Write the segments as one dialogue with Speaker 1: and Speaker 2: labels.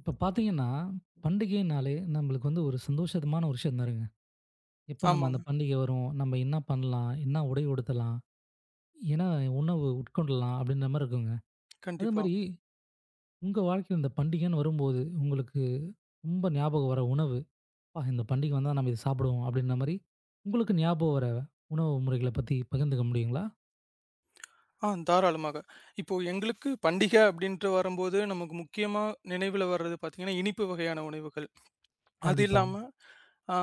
Speaker 1: இப்ப பார்த்தீங்கன்னா, பண்டிகைனாலே நம்மளுக்கு வந்து ஒரு சந்தோஷமான ஒரு விஷயம் தானுங்க. எப்ப நம்ம
Speaker 2: ஆமாங்க.
Speaker 1: அந்த பண்டிகை வரும், நம்ம என்ன பண்ணலாம், என்ன உடை உடுத்தலாம், என்ன உணவு உட்கொள்ளலாம் அப்படின்ற மாரி இருக்குங்க. அதே
Speaker 2: கண்டிப்பா.
Speaker 1: மாரி உங்க வாழ்க்கையில இந்த பண்டிகைன்னு வரும்போது, உங்களுக்கு ரொம்ப ஞாபகம் வர உணவு, "அப்பா! இந்த பண்டிகை வந்தா நம்ம இத சாப்பிடுவோம்." அப்படின்ற மாரி உங்களுக்கு ஞாபகம் வர உணவு முறைகள பத்தி பகிர்ந்துக்க முடியுங்களா?
Speaker 2: ஆ தாராளமாக. இப்போ எங்களுக்கு பண்டிகை அப்படின்ட்டு வரும்போது, நமக்கு முக்கியமா நினைவுல வர்றது பார்த்தீங்கன்னா, இனிப்பு வகையான உணவுகள். அது
Speaker 1: கண்டிப்பா.
Speaker 2: இல்லாம அ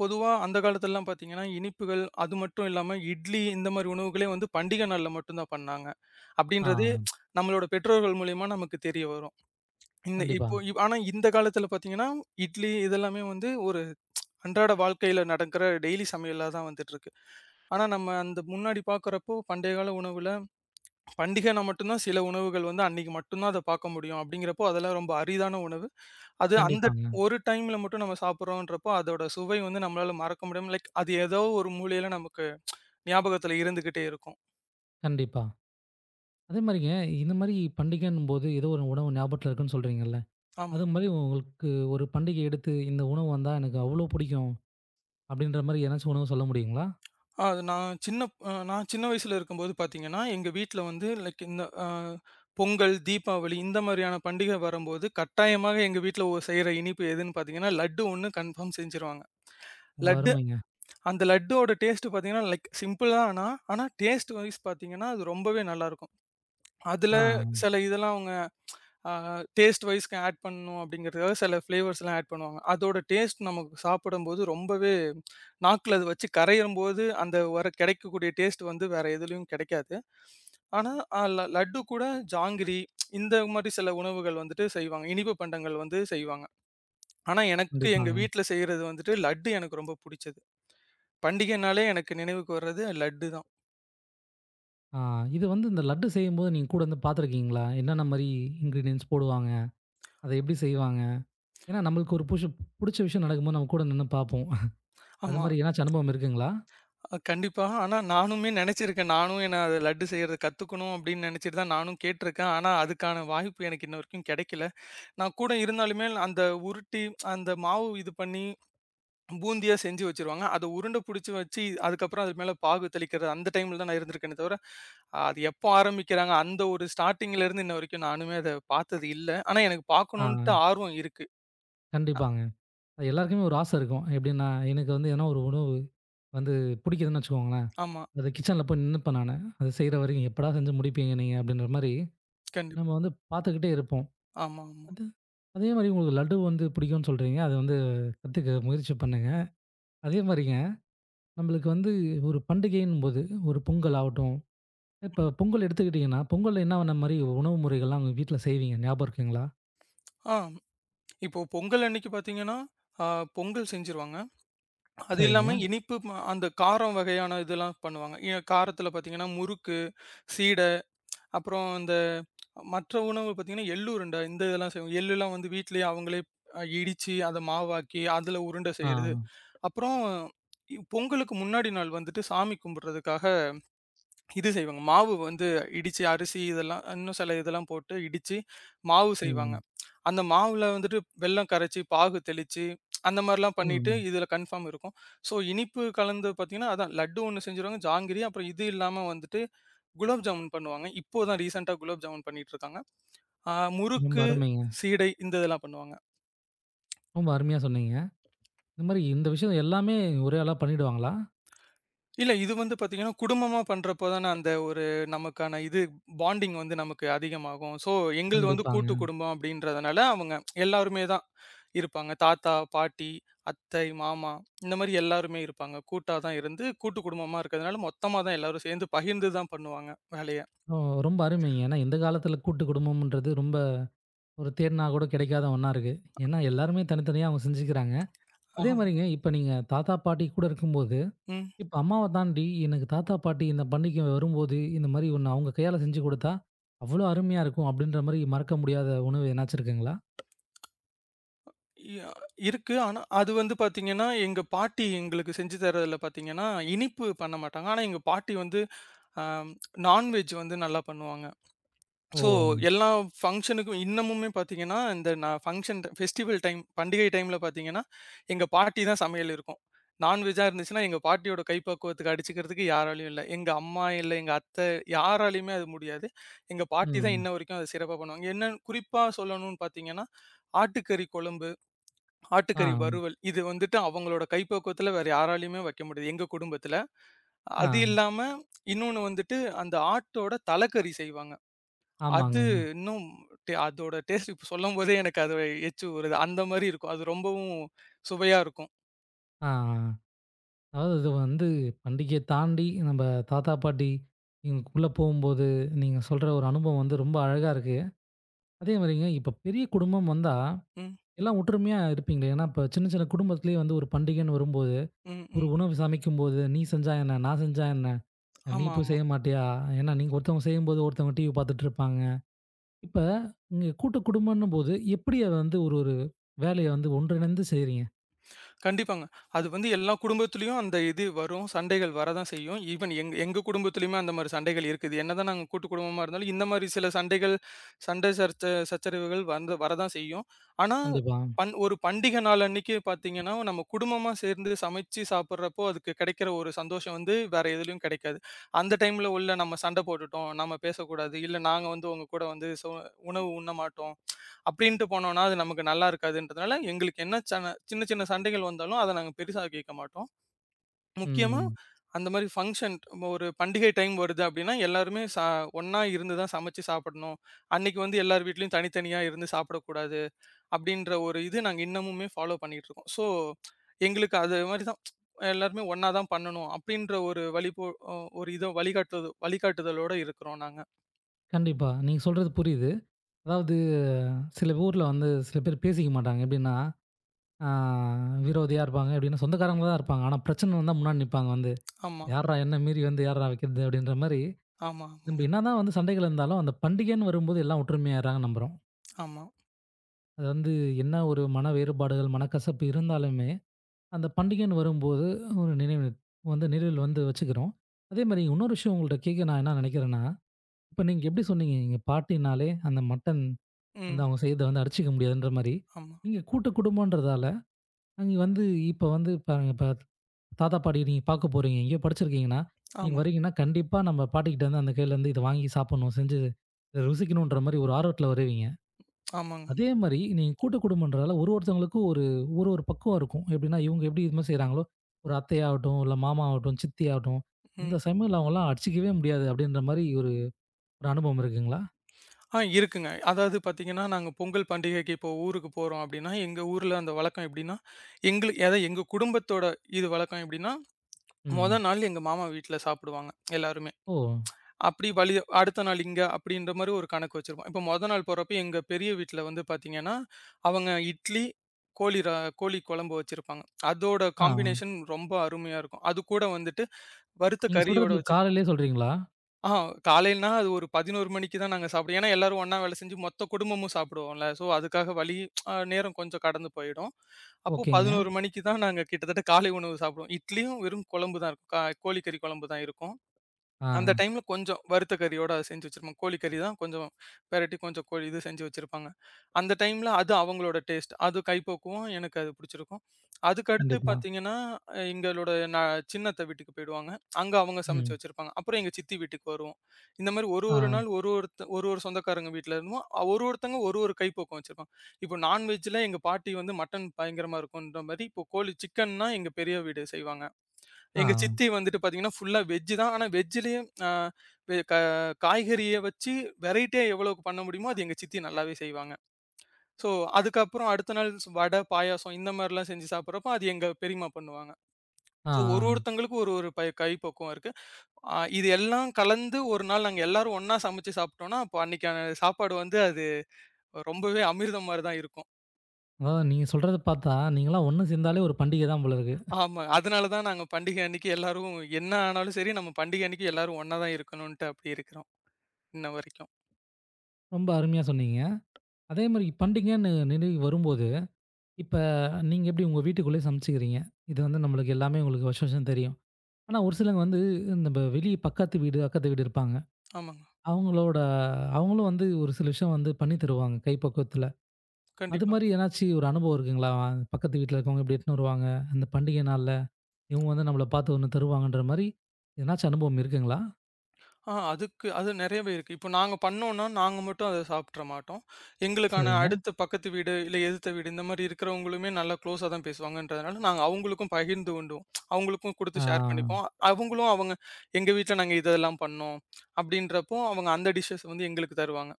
Speaker 2: பொதுவா அந்த காலத்துலலாம் பார்த்தீங்கன்னா, இனிப்புகள் அது மட்டும் இல்லாம இட்லி இந்த மாரி உணவுகளே வந்து பண்டிகை நாள்ல மட்டும் தான் பண்ணாங்க.
Speaker 1: ஆ
Speaker 2: அப்படின்றது நம்மளோட பெற்றோர்கள் மூலியமா நமக்கு தெரிய வரும்.
Speaker 1: கண்டிப்பா,
Speaker 2: ஆனா இந்த காலத்துல பார்த்தீங்கன்னா, இட்லி இதெல்லாமே வந்து ஒரு அன்றாட வாழ்க்கையில நடக்கிற டெய்லி சமையலா தான் வந்துட்டுருக்கு. ஆனா நம்ம அந்த முன்னாடி பார்க்குறப்போ பண்டைய கால உணவுல பண்டிகைனா மட்டும்தான் சில உணவுகள் வந்து அன்னைக்கு மட்டும் தான் அத பார்க்க முடியும். அப்படிங்கிறப்போ, அதெல்லாம் ரொம்ப அரிதான உணவு. அது அந்த
Speaker 1: கண்டிப்பாங்க.
Speaker 2: ஒரு டைம்ல மட்டும் நம்ம சாப்பிடுறோன்றப்போ, அதோட சுவை வந்து நம்மளால மறக்க முடியாம லைக் அது ஏதோ ஒரு மூலையில நமக்கு ஞாபகத்துல இருந்துகிட்டே இருக்கும்.
Speaker 1: கண்டிப்பா. அதே மாரிங்க இந்த மாரி பண்டிகைன்னும்போது ஏதோ ஒரு உணவு ஞாபகத்துல இருக்குன்னு சொல்றீங்கல்ல?
Speaker 2: ஆமா.
Speaker 1: அது மாரி உங்களுக்கு ஒரு பண்டிகை எடுத்து, இந்த உணவு வந்தா எனக்கு அவ்ளோ பிடிக்கும். அப்படின்ற மாரி ஏதாச்சும் உணவு சொல்ல முடியுங்களா?
Speaker 2: அது நான் சின்ன அ நான் சின்ன வயசுல இருக்கும்போது பார்த்தீங்கன்னா, எங்க வீட்ல வந்து லைக் இந்த பொங்கல், தீபாவளி இந்த மாரியான பண்டிகை வரும்போது, கட்டாயமாக எங்க வீட்ல செய்ற இனிப்பு எதுன்னு பார்த்தீங்கன்னா, லட்டு ஒண்ணு கன்ஃபார்ம் செஞ்சுருவாங்க.
Speaker 1: ரொம்ப
Speaker 2: லட்டு
Speaker 1: அருமைங்க.
Speaker 2: அந்த லட்டோட டேஸ்ட்டு பார்த்தீங்கன்னா, லைக் சிம்பிள் தான் ஆனா டேஸ்ட் வைஸ் பார்த்தீங்கன்னா, அது ரொம்பவே நல்லாருக்கும். அதில
Speaker 1: ஆ
Speaker 2: சில இதெல்லாம் அவங்க அ டேஸ்ட் வைஸ்க்கு ஆட் பண்ணணும் அப்படிங்கிறதுக்காக சில ஃப்ளேவர்ஸ்லாம் ஆட் பண்ணுவாங்க. அதோட டேஸ்ட் நமக்கு சாப்பிடும்போது ரொம்பவே நாக்குல அது வச்சு கரையும்போது அந்த வர கிடைக்கக்கூடிய டேஸ்ட் வந்து வேற எதுலயும் கிடைக்காது. ஆனா அ ல லட்டு கூட ஜாங்கிரி இந்த மாரி சில உணவுகள் வந்துட்டு செய்வாங்க. இனிப்பு பண்டங்கள் வந்து செய்வாங்க. ஆனா எனக்கு எங்க
Speaker 1: கண்டிப்பாங்க.
Speaker 2: வீட்ல செய்றது வந்துட்டு லட்டு எனக்கு ரொம்ப புடிச்சது. பண்டிகைனாலே எனக்கு நினைவுக்கு வர்றது லட்டு தான்.
Speaker 1: ஆ இது வந்து இந்த லட்டு செய்யும்போது நீங்க கூட இருந்து பார்த்துருக்கீங்களா? என்னென்ன மாரி இன்கிரீடியன்ட்ஸ் போடுவாங்க? அத எப்படி செய்வாங்க? ஏன்னா நம்மளுக்கு ஒரு புடிச்ச விஷயம் நடக்கும்போது நம்ம கூட நின்னு பார்ப்போம். அது
Speaker 2: ஆமா.
Speaker 1: மாரி ஏதாச்சும் அனுபவம் இருக்குங்களா?
Speaker 2: கண்டிப்பா. ஆனா நானுமே நெனச்சிருக்கேன். நானும் ஏன்னா அது லட்டு செய்றது கத்துக்கணும் அப்படின்னு நெனச்சிட்டு தான் நானும் கேட்டுருக்கேன். ஆனா அதுக்கான வாய்ப்பு எனக்கு இன்ன வரைக்கும் கெடைக்கல. நான் கூட இருந்தாலுமே அந்த உருட்டி, அந்த மாவு இது பண்ணி பூந்தியா செஞ்சு வச்சுருவாங்க. அத உருண்ட புடிச்சு வச்சு, அதுக்கப்புறம் அது மேல பாகு தெளிக்கிறது அந்த டைம்ல தான் நான் இருந்திருக்கேனே தவிர, அது எப்போ ஆரம்பிக்கிறாங்க அந்த ஒரு ஸ்டார்ட்டிங்ல இருந்து இன்ன வரைக்கும் நானுமே அத பாத்தது இல்ல. ஆனா எனக்கு
Speaker 1: ஆ
Speaker 2: பாக்கணுன்ட்டு ஆர்வம் இருக்கு. அ
Speaker 1: கண்டிப்பாங்க. அது எல்லாருக்குமே ஒரு ஆசை இருக்கும். எப்படின்னா, எனக்கு வந்து எதனா ஒரு உணவு வந்து பிடிக்குதுன்னு வச்சுக்கோங்களேன்.
Speaker 2: ஆமா.
Speaker 1: அது கிச்சன்ல போய் நின்னுப்பேன் நானு. அது செய்ற வரைக்கும் எப்படா செஞ்சு முடிப்பீங்க நீங்க அப்படின்ற மாரி
Speaker 2: கண்டிப்பா.
Speaker 1: நம்ம வந்து பார்த்துக்கிட்டே இருப்போம்.
Speaker 2: ஆமா, ஆமா.
Speaker 1: அது அதே மாரி உங்களுக்கு லட்டு வந்து பிடிக்கும்னு சொல்றீங்க. அது வந்து கத்துக்க முயற்சி பண்ணுங்க. அதே மாரிங்க நம்மளுக்கு வந்து ஒரு பண்டிகைன்னும்போது ஒரு பொங்கல் ஆகட்டும், இப்ப பொங்கல் எடுத்துக்கிட்டீங்கன்னா, பொங்கல்ல என்னான்ன மாரி உணவு முறைகள்லாம் உங்க வீட்ல செய்வீங்க? ஞாபகம் இருக்குங்களா?
Speaker 2: ஆ இப்போ பொங்கல் அன்னைக்கு பாத்தீங்கன்னா, அ பொங்கல் செஞ்சுருவாங்க. அது இல்லாம
Speaker 1: சரிங்க.
Speaker 2: இனிப்பு அந்த காரம் வகையான இதெல்லாம் பண்ணுவாங்க. காரத்தில பார்த்தீங்கன்னா, முறுக்கு, சீடை, அப்புறம் இந்த மற்ற உணவு பார்த்தீங்கன்னா, எள்ளு உருண்டை இந்த இதெல்லாம் செய்வோம். எள்ளுலாம் வந்து வீட்லயே அவங்களே இடிச்சு, அத மாவாக்கி, அதில உருண்டை
Speaker 1: ஆ.
Speaker 2: செய்றது. அப்புறம் பொங்கலுக்கு முன்னாடி நாள் வந்துட்டு சாமி கும்பிடுறதுக்காக இது செய்வாங்க. மாவு வந்து இடிச்சு அரிசி இதெல்லாம் இன்னும் சில இதெல்லாம் போட்டு இடிச்சு மாவு செய்வாங்க.
Speaker 1: ம்.
Speaker 2: அந்த மாவுல வந்துட்டு வெல்லம் கரைச்சு, பாகு தெளிச்சு அந்த மாரிலாம் பண்ணிட்டு
Speaker 1: ம்.
Speaker 2: இதுல கன்ஃபார்ம் இருக்கும். ஸோ இனிப்பு கலந்து பார்த்தீங்கன்னா, அதான் லட்டு ஒண்ணு செஞ்சுருவாங்க, ஜாங்கிரி அப்புறம் இது இல்லாம வந்துட்டு குலாப் ஜாமுன் பண்ணுவாங்க. இப்போ தான் ரீசென்ட்டா குலாப் ஜாமுன் பண்ணிட்டு இருக்காங்க. ஆ
Speaker 1: ரொம்ப
Speaker 2: முறுக்கு,
Speaker 1: அருமைங்க.
Speaker 2: சீடை இந்த இதெல்லாம் பண்ணுவாங்க.
Speaker 1: ரொம்ப அருமையா சொன்னீங்க. இந்த மாரி இந்த விஷயம் எல்லாமே ஒரே ஆளா பண்ணிடுவாங்களா?
Speaker 2: இல்ல. இது வந்து பார்த்தீங்கன்னா, குடும்பமா பண்றப்போ தான அந்த ஒரு நமக்கான இது பாண்டிங் வந்து நமக்கு அதிகமாகும். ஸோ, எங்களுது ம். வந்து கூட்டு
Speaker 1: கண்டிப்பாங்க.
Speaker 2: குடும்பம் அப்படின்றதுனால, அவங்க எல்லாருமே தான் இருப்பாங்க. தாத்தா, பாட்டி, அத்தை, மாமா இந்த மாரி எல்லாருமே இருப்பாங்க. கூட்டா தான் இருந்து கூட்டு குடும்பமா இருக்கிறதுனால, மொத்தமா தான் எல்லாரும் சேர்ந்து பகிர்ந்து தான் பண்ணுவாங்க வேலைய.
Speaker 1: ஓ! ரொம்ப அருமைங்க. ஏன்னா இந்த காலத்தில கூட்டு குடும்பம்ன்றது ரொம்ப ஒரு தேடுனா கூட கிடைக்காத ஒண்ணா இருக்கு. ஏன்னா எல்லாருமே தனித்தனியா அவங்க செஞ்சுக்கிறாங்க. அதே
Speaker 2: ஆம்.
Speaker 1: மாரிங்க, இப்ப நீங்க தாத்தா, பாட்டி கூட இருக்கும்போது,
Speaker 2: ம். ம்.
Speaker 1: இப்ப அம்மாவ தாண்டி எனக்கு தாத்தா, பாட்டி இந்த பண்டிகை வரும்போது, இந்த மாரி ஒண்ணு அவங்க கையால செஞ்சு குடுத்தா, அவ்ளோ அருமையா இருக்கும் அப்படின்ற மாரி மறக்க முடியாத உணவு எதனாச்சும் இருக்குங்களா?
Speaker 2: ய இருக்கு. ஆனா, அது வந்து பார்த்தீங்கன்னா, எங்க பாட்டி எங்களுக்கு செஞ்சு தர்றதுல பார்த்தீங்கன்னா, இனிப்பு பண்ண மாட்டாங்க. ஆனா, எங்க பாட்டி வந்து அ நான்வெஜ் வந்து நல்லா பண்ணுவாங்க.
Speaker 1: ஓ!
Speaker 2: ஸோ, எல்லா ஃபங்ஷனுக்கும் இன்னமுமே பார்த்தீங்கன்னா, இந்த நான் ஃபங்ஷன் ஃபெஸ்டிவல் டைம் பண்டிகை டைம்ல பார்த்தீங்கன்னா, எங்க பாட்டி தான் சமையல் இருக்கும். நான்வெஜ்ஜா இருந்துச்சுன்னா, எங்க பாட்டியோட கைப்பக்குவத்துக்கு அடிச்சுக்கிறதுக்கு யாராலயும் இல்ல. எங்க அம்மா இல்ல, எங்க அத்தை யாராலயுமே அது முடியாது. எங்க பாட்டி தான்
Speaker 1: ம்.
Speaker 2: இன்ன வரைக்கும் அத சிறப்பா பண்ணுவாங்க. என்னன்னு குறிப்பா சொல்லணும்னு பார்த்தீங்கன்னா, ஆட்டுக்கறி குழம்பு,
Speaker 1: ஆ,
Speaker 2: ஆட்டுக்கறி வறுவல் இது வந்துட்டு அவங்களோட கைப்பக்குவத்துல வேற யாராலயுமே வைக்க முடியாது, எங்க குடும்பத்துல. அது
Speaker 1: ஆ.
Speaker 2: இல்லாம இன்னொன்னு வந்துட்டு அந்த ஆட்டோட தலைக்கறி செய்வாங்க. அது
Speaker 1: ஆமாங்க.
Speaker 2: இன்னும் அதோட டேஸ்ட் இப்ப சொல்லும்போதே எனக்கு அது எச்சி ஊறுது. அந்த மாரி இருக்கும். அது ரொம்பவும் சுவையா இருக்கும்.
Speaker 1: ஆ, ஆ. அதாவது இது வந்து பண்டிகைய தாண்டி நம்ப தாத்தா, பாட்டி இவங்களுக்குள்ள போகும்போது, நீங்க சொல்ற ஒரு அனுபவம் வந்து ரொம்ப அழகா இருக்கு. அதே மாரிங்க, இப்ப பெரிய குடும்பம் வந்தா,
Speaker 2: ம்,
Speaker 1: எல்லாம் ஒற்றுமையா இருப்பீங்களே. ஏன்னா, இப்ப சின்ன சின்ன குடும்பத்திலேயே வந்து ஒரு பண்டிகைன்னு வரும்போது
Speaker 2: ம்,
Speaker 1: ஒரு
Speaker 2: ம்.
Speaker 1: உணவு சமைக்கும்போது, "நீ செஞ்சா என்ன? நான் செஞ்சா என்ன? நீ போய்
Speaker 2: ஆமாமா.
Speaker 1: செய்ய மாட்டியா? ஏன்னா நீங்க ஒருத்தவங்க செய்யும்போது, ஒருத்தவங்க டிவி பார்த்துட்டு இருப்பாங்க." இப்ப நீங்க கூட்டு குடும்பம்ன்னும்போது, எப்படி அத வந்து ஒரு ஒரு வேலைய வந்து ஒன்றிணைந்து செய்றீங்க?
Speaker 2: கண்டிப்பாங்க. அது வந்து எல்லா குடும்பத்திலயும் அந்த இது வரும். சண்டைகள் வரதான் செய்யும். ஈவன் எங்க எங்க குடும்பத்திலயுமே அந்த மாரி சண்டைகள் இருக்குது. என்னதான் நாங்க கூட்டு குடும்பமா இருந்தாலும், இந்த மாரி சில சண்டைகள், சண்டை சர்ச்ச சச்சரவுகள் வந்து வரதான் செய்யும். ஆனா,
Speaker 1: கண்டிப்பா.
Speaker 2: ஒரு பண்டிகை நாள் அன்னைக்கு பார்த்தீங்கன்னா, நம்ம குடும்பமா சேர்ந்து சமைச்சு சாப்பிடுறப்போ, அதுக்கு கிடைக்கிற ஒரு சந்தோஷம் வந்து வேற எதுலயும் கிடைக்காது. அந்த டைம்ல உள்ள நம்ம சண்டை போட்டுட்டோம், நம்ம பேசக்கூடாது, இல்ல நாங்க வந்து உங்க கூட வந்து உணவு உண்ண மாட்டோம். அப்படின்ட்டு போனோம்னா, அது நமக்கு நல்லா இருக்காதுன்றதுனால, எங்களுக்கு என்ன சின்ன சின்ன சண்டைகள் வந்தாலும், அத நாங்க பெருசா கேட்க மாட்டோம். முக்கியமா
Speaker 1: ம்.
Speaker 2: அந்த மாரி ஃபங்ஷன் ஒரு பண்டிகை டைம் வருது அப்படின்னா, எல்லாருமே ஒண்ணா இருந்து தான் சமைச்சு சாப்பிடணும். அன்னைக்கு வந்து எல்லார் வீட்லயும் தனித்தனியா இருந்து சாப்பிடக்கூடாது. அப்படின்ற ஒரு இது நாங்க இன்னமுமே ஃபாலோ பண்ணிட்டு இருக்கோம். ஸோ, எங்களுக்கு அது மாரி தான் எல்லாருமே ஒண்ணா தான் பண்ணணும். அப்படின்ற ஒரு வழிபோ அ ஒரு இத வழிகாட்டுதலோட இருக்கிறோம் நாங்க.
Speaker 1: கண்டிப்பா. நீங்க சொல்றது புரியுது. அதாவது சில ஊர்ல வந்து சில பேர் பேசிக்க மாட்டாங்க. எப்படின்னா, ஆ விரோதியா இருப்பாங்க. எப்படின்னா சொந்தக்காரங்களா தான் இருப்பாங்க. ஆனா பிரச்சனை வந்தா முன்னாடி நிப்பாங்க வந்து.
Speaker 2: ஆமா.
Speaker 1: "யார்றா என்ன மீறி வந்து யார்றா வைக்கிறது?" அப்படின்ற மாரி,
Speaker 2: ஆமா,
Speaker 1: நம்ம
Speaker 2: ஆமாங்க.
Speaker 1: என்னதான் வந்து சண்டைகள் இருந்தாலும், அந்த பண்டிகைன்னு வரும்போது எல்லாம் ஒற்றுமையாயிர்றாங்கன்னு நம்புறோம்.
Speaker 2: ஆமா.
Speaker 1: அது வந்து என்ன ஒரு மன வேறுபாடுகள், மனக்கசப்பு இருந்தாலுமே, அந்த பண்டிகைன்னு வரும்போது ஒரு நினைவு வந்து நினைவில் வந்து வச்சுக்கிறோம். அதேமாரி இன்னொரு விஷயம் உங்கள்ட்ட கேட்க நான் என்ன நினைக்கிறேன்னா, இப்ப நீங்க எப்படி சொன்னீங்க, எங்க பாட்டினாலே அந்த மட்டன்
Speaker 2: ம்.
Speaker 1: வந்து அவங்க செய்றத வந்து அடிச்சுக்க முடியாதுன்ற மாரி,
Speaker 2: ஆமா.
Speaker 1: நீங்க கூட்டு குடும்பம்ன்றதால, அங்க வந்து இப்ப வந்து பாருங்க இப்ப தாத்தா, பாட்டிய நீங்க பார்க்க போறீங்க, எங்கேயோ படிச்சிருக்கீங்கன்னா, நீங்க
Speaker 2: ஆமா.
Speaker 1: வரீங்கன்னா, கண்டிப்பா நம்ம பாட்டிக்கிட்ட வந்து அந்த கையில இருந்து இத வாங்கி சாப்பிடணும், செஞ்சு இதை ருசிக்கணுன்ற மாரி ஒரு ஆர்வத்துல வருவீங்க.
Speaker 2: ஆமாங்க.
Speaker 1: அதே மாரி நீங்க கூட்டு குடும்பம்ன்றதால ஒரு ஒருத்தவங்களுக்கும் ஒரு ஒரு ஒரு பக்குவம் இருக்கும். எப்படின்னா, இவங்க எப்படி இது மாரி செய்றாங்களோ, ஒரு அத்தையாகட்டும், இல்ல மாமா ஆகட்டும், சித்தி ஆகட்டும், இந்த
Speaker 2: ம்.
Speaker 1: சமையல் அவங்கலாம் அடிச்சுக்கவே முடியாது அப்படின்ற மாரி ஒரு ஒரு அனுபவம் இருக்குங்களா?
Speaker 2: ஆ இருக்குங்க. அதாவது பார்த்தீங்கன்னா, நாங்க பொங்கல் பண்டிகைக்கு இப்போ ஊருக்கு போறோம் அப்டின்னா, எங்க ஊர்ல அந்த வழக்கம் எப்டின்னா, எங்களுக்கு அதாவது எங்க குடும்பத்தோட இது வழக்கம் எப்டின்னா, மொத
Speaker 1: ம்.
Speaker 2: ம். நாள் எங்க மாமா வீட்ல சாப்பிடுவாங்க எல்லாருமே.
Speaker 1: ஓ!
Speaker 2: அப்டி வழி அடுத்த நாள் இங்க அப்டின்ற மாரி ஒரு கணக்கு வச்சிருப்போம். இப்போ மொத நாள் போறப்போ எங்க பெரிய வீட்ல வந்து பார்த்தீங்கன்னா, அவங்க இட்லி, கோழி ர கோழி குழம்பு வச்சிருப்பாங்க. அதோட ம்.
Speaker 1: ஆ.
Speaker 2: காம்பினேஷன் ரொம்ப அருமையா இருக்கும். அது கூட வந்துட்டு வறுத்த
Speaker 1: நீங்க
Speaker 2: கறியோட
Speaker 1: சொல்றது
Speaker 2: வச்சிருப்பாங்க.
Speaker 1: காலையிலேயே சொல்றீங்களா?
Speaker 2: ஆஹா, காலையிலனா அது ஒரு 11 மணிக்கு தான் நாங்க சாப்பிடுவோம். ஏன்னா, எல்லாரும் ஒண்ணா வேலை செஞ்சு மொத்த குடும்பமும் சாப்பிடுவோம்ல. ஸோ, அதுக்காக வழி அ நேரம் கொஞ்சம் கடந்து போயிடும். அப்போ ம்.
Speaker 1: ஓகேங்க.
Speaker 2: 11 மணிக்கு தான் நாங்க கிட்டத்தட்ட காலை உணவு சாப்பிடுவோம். இட்லியும் வெறும் குழம்பு தான் இருக்கும். கோழிக்கறி குழம்பு தான் இருக்கும்.
Speaker 1: ஆ.
Speaker 2: அந்த டைம்ல கொஞ்சம் வறுத்த கறியோட அத செஞ்சு வச்சிருப்பாங்க. கோழி கறி தான் கொஞ்சம் பெரட்டி கொஞ்சம் கோழி இது செஞ்சு வச்சிருப்பாங்க. அந்த டைம்ல அது அவங்களோட டேஸ்ட். அது கைப்போக்குவம் எனக்கு அது பிடிச்சிருக்கும். அதுக்கு அடுத்து
Speaker 1: கண்டிப்பா.
Speaker 2: பார்த்தீங்கன்னா, எங்களோட நான் சின்ன அத்தை வீட்டுக்கு போயிடுவாங்க. அங்க அவங்க சமைச்சு
Speaker 1: ம்.
Speaker 2: வச்சிருப்பாங்க. அப்புறம் எங்க சித்தி வீட்டுக்கு வருவோம். இந்த மாரி ஒரு ஒரு
Speaker 1: ஆ.
Speaker 2: நாள் ஒரு சொந்தக்காரங்க வீட்ல இருந்தும் ஒரு ஒருத்தங்க ஒரு ஒரு கைப்போக்கம் வச்சிருப்பாங்க. இப்போ நான்வெஜ்ல எங்க பாட்டி வந்து மட்டன் பயங்கரமா இருக்குன்ற மாரி, இப்போ கோழி சிக்கன்னா எங்க பெரிய வீடு செய்வாங்க.
Speaker 1: ஆ.
Speaker 2: எங்க சித்தி வந்துட்டு பார்த்தீங்கன்னா, ஃபுல்லா வெஜ்ஜு தான். ஆனா வெஜ்ஜுலயும் அ வெ க காய்கறிய வச்சு வெரைட்டியா எவ்வளோக்கு பண்ண முடியுமோ, அது எங்க சித்தி நல்லாவே செய்வாங்க. ஸோ, அதுக்கப்புறம் அடுத்த நாள் வடை, பாயாசம் இந்த மாரிலாம் செஞ்சு சாப்பிடுறப்போ, அது எங்க பெரியம்மா பண்ணுவாங்க.
Speaker 1: ஆ. ஆ.
Speaker 2: ஸோ, ஒரு ஒருத்தவங்களுக்கும் ஒரு ஒரு பை கைப்பக்குவம் இருக்கு. இது எல்லாம் கலந்து ஒரு நாள் நாங்க எல்லாரும் ஒண்ணா சமைச்சு சாப்பிட்டோம்னா, அப்போ அன்னைக்கான சாப்பாடு வந்து அது ரொம்பவே அமிர்தம் மாரி தான் இருக்கும்.
Speaker 1: அதாவது நீங்க சொல்றத பார்த்தா, நீங்கலாம் ஒண்ணு சேர்ந்தாலே ஒரு பண்டிகை தான் போல இருக்கு.
Speaker 2: ஆமா. அதனால தான் நாங்க பண்டிகை அன்னைக்கு எல்லாரும் என்ன ஆனாலும் சரி, நம்ம பண்டிகை அன்னைக்கு எல்லாரும் ஒண்ணா தான் இருக்கணுன்ட்டு அப்படி இருக்கிறோம், இன்ன வரைக்கும்.
Speaker 1: ரொம்ப அருமையா சொன்னீங்க. அதே மாரி பண்டிகைன்னு நினைவு வரும்போது இப்ப நீங்க எப்படி உங்க வீட்டுக்குள்ளேயே சமைச்சுக்கிறீங்க. இது வந்து நம்மளுக்கு எல்லாமே உங்களுக்கு வருஷம் வருஷம் தெரியும். ஆனா ஒரு சிலவங்க வந்து நம்ப வெளிய பக்கத்து வீடு, அக்கத்து வீடு இருப்பாங்க.
Speaker 2: ஆமாங்க.
Speaker 1: அவங்களோட அவங்களும் வந்து ஒரு சில விஷயம் வந்து பண்ணி தருவாங்க கைப்பக்குவத்துல. அது
Speaker 2: கண்டிப்பா.
Speaker 1: மாரி ஏதனாச்சும் ஒரு அனுபவம் இருக்குங்களா? பக்கத்து வீட்ல இருக்கவங்க இப்படி எடுத்துன்னு வருவாங்க. அந்த பண்டிகை நாள்ல இவங்க வந்து நம்மள பார்த்து ஒண்ணு தருவாங்கன்ற மாரி எதனாச்சும் அனுபவம் இருக்குங்களா?
Speaker 2: ஆ அதுக்கு அது நெறையவே இருக்கு. இப்போ நாங்க பண்ணோம்னா, நாங்க மட்டும் அத சாப்பிட்ற மாட்டோம். எங்களுக்கான ம்.
Speaker 1: சரிங்க.
Speaker 2: அடுத்த பக்கத்து வீடு, இல்ல எதிர்த்த வீடு இந்த மாரி இருக்கிறவங்களுமே நல்லா குளோஸா தான் பேசுவாங்கன்றதுனால, நாங்க அவங்களுக்கும் பகிர்ந்து உண்டுவோம். அவங்களுக்கும் குடுத்து
Speaker 1: ஆ,
Speaker 2: ஷேர் பண்ணிப்போம். அவங்களும் அவங்க எங்க வீட்ல நாங்க இதெல்லாம் பண்ணோம் அப்படின்றப்போ, அவங்க அந்த டிஷ்ஷஸ் வந்து எங்களுக்கு தருவாங்க.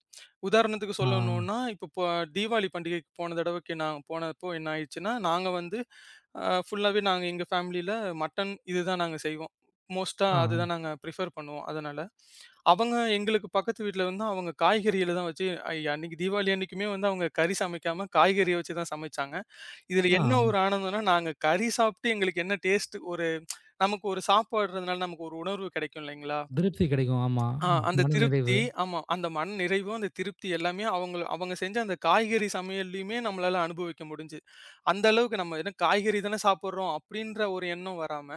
Speaker 2: உதாரணத்துக்கு
Speaker 1: ஆ,
Speaker 2: சொல்லணும்னா, இப்போ தீபாவளி பண்டிகைக்கு போன தடவைக்கு நான் போனப்போ என்ன ஆயிடுச்சுன்னா, நாங்க வந்து ஃபுல்லாவே நாங்க எங்க ஃபேமிலியில மட்டன் இதுதான் நாங்க செய்வோம். மோஸ்ட்டா
Speaker 1: ஆ,
Speaker 2: அதுதான் நாங்க பிரிஃபர் பண்ணுவோம். அதனால, அவங்க எங்களுக்கு பக்கத்து வீட்ல வந்து அவங்க காய்கறிகள தான் வச்சு அன்னைக்கு தீபாவளி அன்னைக்குமே வந்து அவங்க கறி சமைக்காம காய்கறிய வச்சு தான் சமைச்சாங்க. இதுல என்ன ஒரு
Speaker 1: ஆ.
Speaker 2: ஆனந்தம்னா, நாங்க கறி சாப்பிட்டு எங்களுக்கு என்ன டேஸ்ட் ஒரு நமக்கு ஒரு சாப்பாடுறதுனால நமக்கு ஒரு உணர்வு கிடைக்கும் இல்லைங்களா?
Speaker 1: திருப்தி கிடைக்கும். ஆமா.
Speaker 2: ஆ அந்த
Speaker 1: மன நிறைவு.
Speaker 2: திருப்தி ஆமா. அந்த மன நிறைவும், அந்த திருப்தி எல்லாமே அவங்கள அவங்க செஞ்ச அந்த காய்கறி சமையல்லயுமே நம்மளால அனுபவிக்க முடிஞ்சு. அந்த அளவுக்கு நம்ம என்ன காய்கறி தானே சாப்பிடுறோம் அப்படின்ற ஒரு எண்ணம் வராம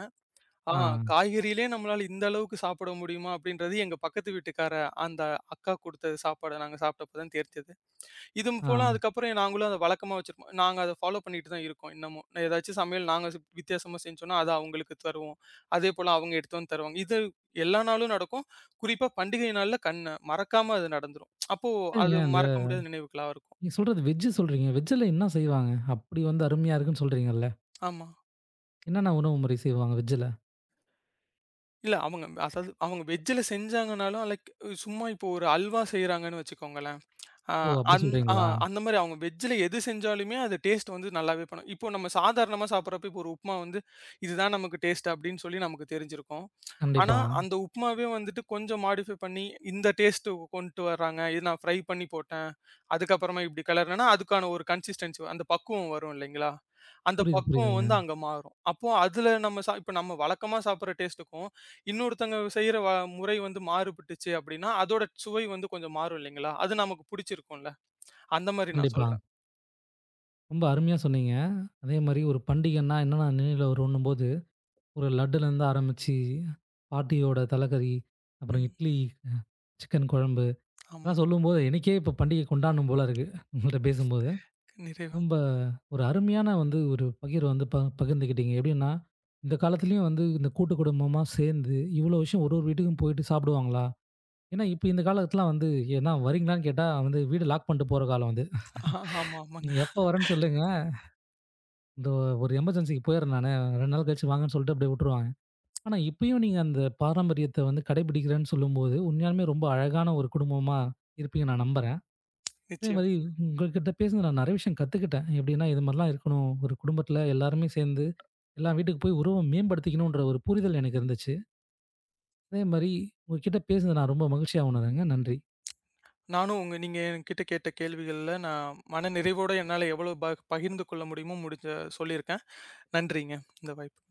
Speaker 2: ஆ
Speaker 1: ஆ,
Speaker 2: காய்கறியிலே நம்மளால இந்த அளவுக்கு சாப்பிட முடியுமா? அப்படின்றது எங்க பக்கத்து வீட்டுக்கார அந்த அக்கா குடுத்த சாப்பாட நாங்க சாப்பிட்டப்ப தான் தெரிஞ்சது. இதும்
Speaker 1: ஆ.
Speaker 2: போல ம்ஹ்ம். அதுக்கப்புறம் நாங்களும் அத வழக்கமா வச்சிருப்போம். நாங்க அத ஃபாலோ பண்ணிட்டு தான் இருக்கோம் இன்னமும். நான் ஏதாச்சும் சமையல் நாங்க வித்தியாசமா செஞ்சோம்னா, அத அவங்களுக்கு தருவோம். அதே போல அவங்க எடுத்துட்டு வந்து தருவாங்க. இது எல்லா நாளும் நடக்கும். குறிப்பா பண்டிகை நாள்ல கண்ண மறக்காம அது நடந்துரும். அப்போ அது ம்.
Speaker 1: சரிங்க.
Speaker 2: மறக்க முடியாத நினைவுகளா இருக்கும்.
Speaker 1: நீங்க சொல்றது வெஜ் சொல்றீங்க. வெஜ்ல என்ன செய்வாங்க? அப்படி வந்து அருமையா இருக்குன்னு சொல்றீங்கல்ல.
Speaker 2: ஆமா.
Speaker 1: என்னென்ன உணவு முறை செய்வாங்க வெஜ்ஜில?
Speaker 2: இல்ல அவங்க அதாவது அவங்க வெஜ்ல செஞ்சாங்கனாலும் லைக் சும்மா இப்போ ஒரு அல்வா செய்றாங்கன்னு வச்சுக்கோங்களேன். ஆ
Speaker 1: ஓ! அப்படி
Speaker 2: அந் ஆ
Speaker 1: சொல்றீங்களா?
Speaker 2: அந்த மாரி அவங்க வெஜ்ல எது செஞ்சாலுமே அது டேஸ்ட் வந்து நல்லாவே பண்ணும். இப்போ நம்ம சாதாரணமா சாப்பிடுறப்ப இப்போ ஒரு உப்புமா வந்து, இதுதான் நமக்கு டேஸ்ட் அப்படின்னு சொல்லி நமக்கு தெரிஞ்சிருக்கும். ஆனா,
Speaker 1: கண்டிப்பா.
Speaker 2: அந்த உப்புமாவே வந்துட்டு கொஞ்சம் மாடிஃபை பண்ணி இந்த டேஸ்ட் கொண்டு வர்றாங்க. இது நான் ஃப்ரை பண்ணி போட்டேன். அதுக்கப்புறமா இப்படி கலர்னனா அதுக்கான ஒரு கன்சிஸ்டன்சி அந்த பக்குவம் வரும் இல்லைங்களா? அந்த
Speaker 1: புரியுது,
Speaker 2: பக்குவம்
Speaker 1: புரியுதுங்க.
Speaker 2: வந்து அங்க மாறும். அப்போ அதுல நம்ம சா இப்ப நம்ம வழக்கமா சாப்பிடுற டேஸ்ட்டுக்கும் இன்னொருத்தங்க செய்ற முறை வந்து மாறுபட்டுச்சு அப்படின்னா, அதோட சுவை வந்து கொஞ்சம் மாறும் இல்லைங்களா? அது நமக்கு புடிச்சிருக்கும்ல. அந்த மாரி நான்
Speaker 1: கண்டிப்பா.
Speaker 2: சொல்றேன்.
Speaker 1: ரொம்ப அருமையா சொன்னீங்க. அதே மாரி ஒரு பண்டிகைன்னா என்னென்ன நினைவுல வருன்னும்போது, ஒரு லட்டுலேருந்து ஆரம்பிச்சு, பாட்டியோட தலைக்கறி,
Speaker 2: ம்.
Speaker 1: அப்புறம் இட்லி, அ சிக்கன் குழம்பு,
Speaker 2: ஆமா.
Speaker 1: அதெல்லாம் சொல்லும்போது எனக்கே இப்போ பண்டிகை கொண்டாடணும் போல இருக்கு. உங்கள்ட்ட பேசும்போது.
Speaker 2: நிறைவா
Speaker 1: ரொம்ப ஒரு அருமையான வந்து ஒரு பகிர்வு வந்து பகிர்ந்துக்கிட்டீங்க. எப்படின்னா, இந்த காலத்துலயும் வந்து இந்த கூட்டு குடும்பமா சேர்ந்து இவ்வளோ விஷயம் ஒரு ஒரு வீட்டுக்கும் போயிட்டு சாப்பிடுவாங்களா? ஏன்னா, இப்ப இந்த காலத்துலாம் வந்து ஏன்னா வரீங்களான்னு கேட்டா வந்து வீடு லாக் பண்ணிட்டு போற காலம் அது.
Speaker 2: ஆஹா, ஆமா,
Speaker 1: நீங்க
Speaker 2: ஆமாங்க.
Speaker 1: எப்போ வரேன்னு சொல்லுங்க. இந்த ஒரு எமர்ஜென்சிக்கு போயிடுறேன் நானு. 2 நாள் கழிச்சு வாங்கன்னு சொல்லிட்டு அப்படியே விட்டுருவாங்க. ஆனா, இப்பயும் நீங்க அந்த பாரம்பரியத்த வந்து கடைபிடிக்கிறேன்னு சொல்லும்போது, உண்மையாலுமே ரொம்ப அழகான ஒரு குடும்பமா இருப்பீங்க நான் நம்புறேன். அதே
Speaker 2: நிச்சயம்.
Speaker 1: மாரி உங்ககிட்ட பேசுனது நான் நிறைய விஷயம் கத்துக்கிட்டேன். எப்படின்னா, இது மாரிலாம் இருக்கணும். ஒரு குடும்பத்தில எல்லாருமே சேர்ந்து, எல்லா வீட்டுக்கு போய் உறவ மேம்படுத்திக்கணுன்ற ஒரு புரிதல் எனக்கு இருந்துச்சு. அதே மாரி உங்ககிட்ட பேசுனது நான் ரொம்ப மகிழ்ச்சியா உணர்றேங்க. நன்றி.
Speaker 2: நானும் உங்க நீங்க என்கிட்ட கேட்ட கேள்விகள்ல நான் மன நிறைவோட என்னால எவ்வளவு பகிர்ந்து கொள்ள முடியுமோ முடிஞ்ச சொல்லியிருக்கேன். நன்றிங்க. இந்த வாய்ப்பு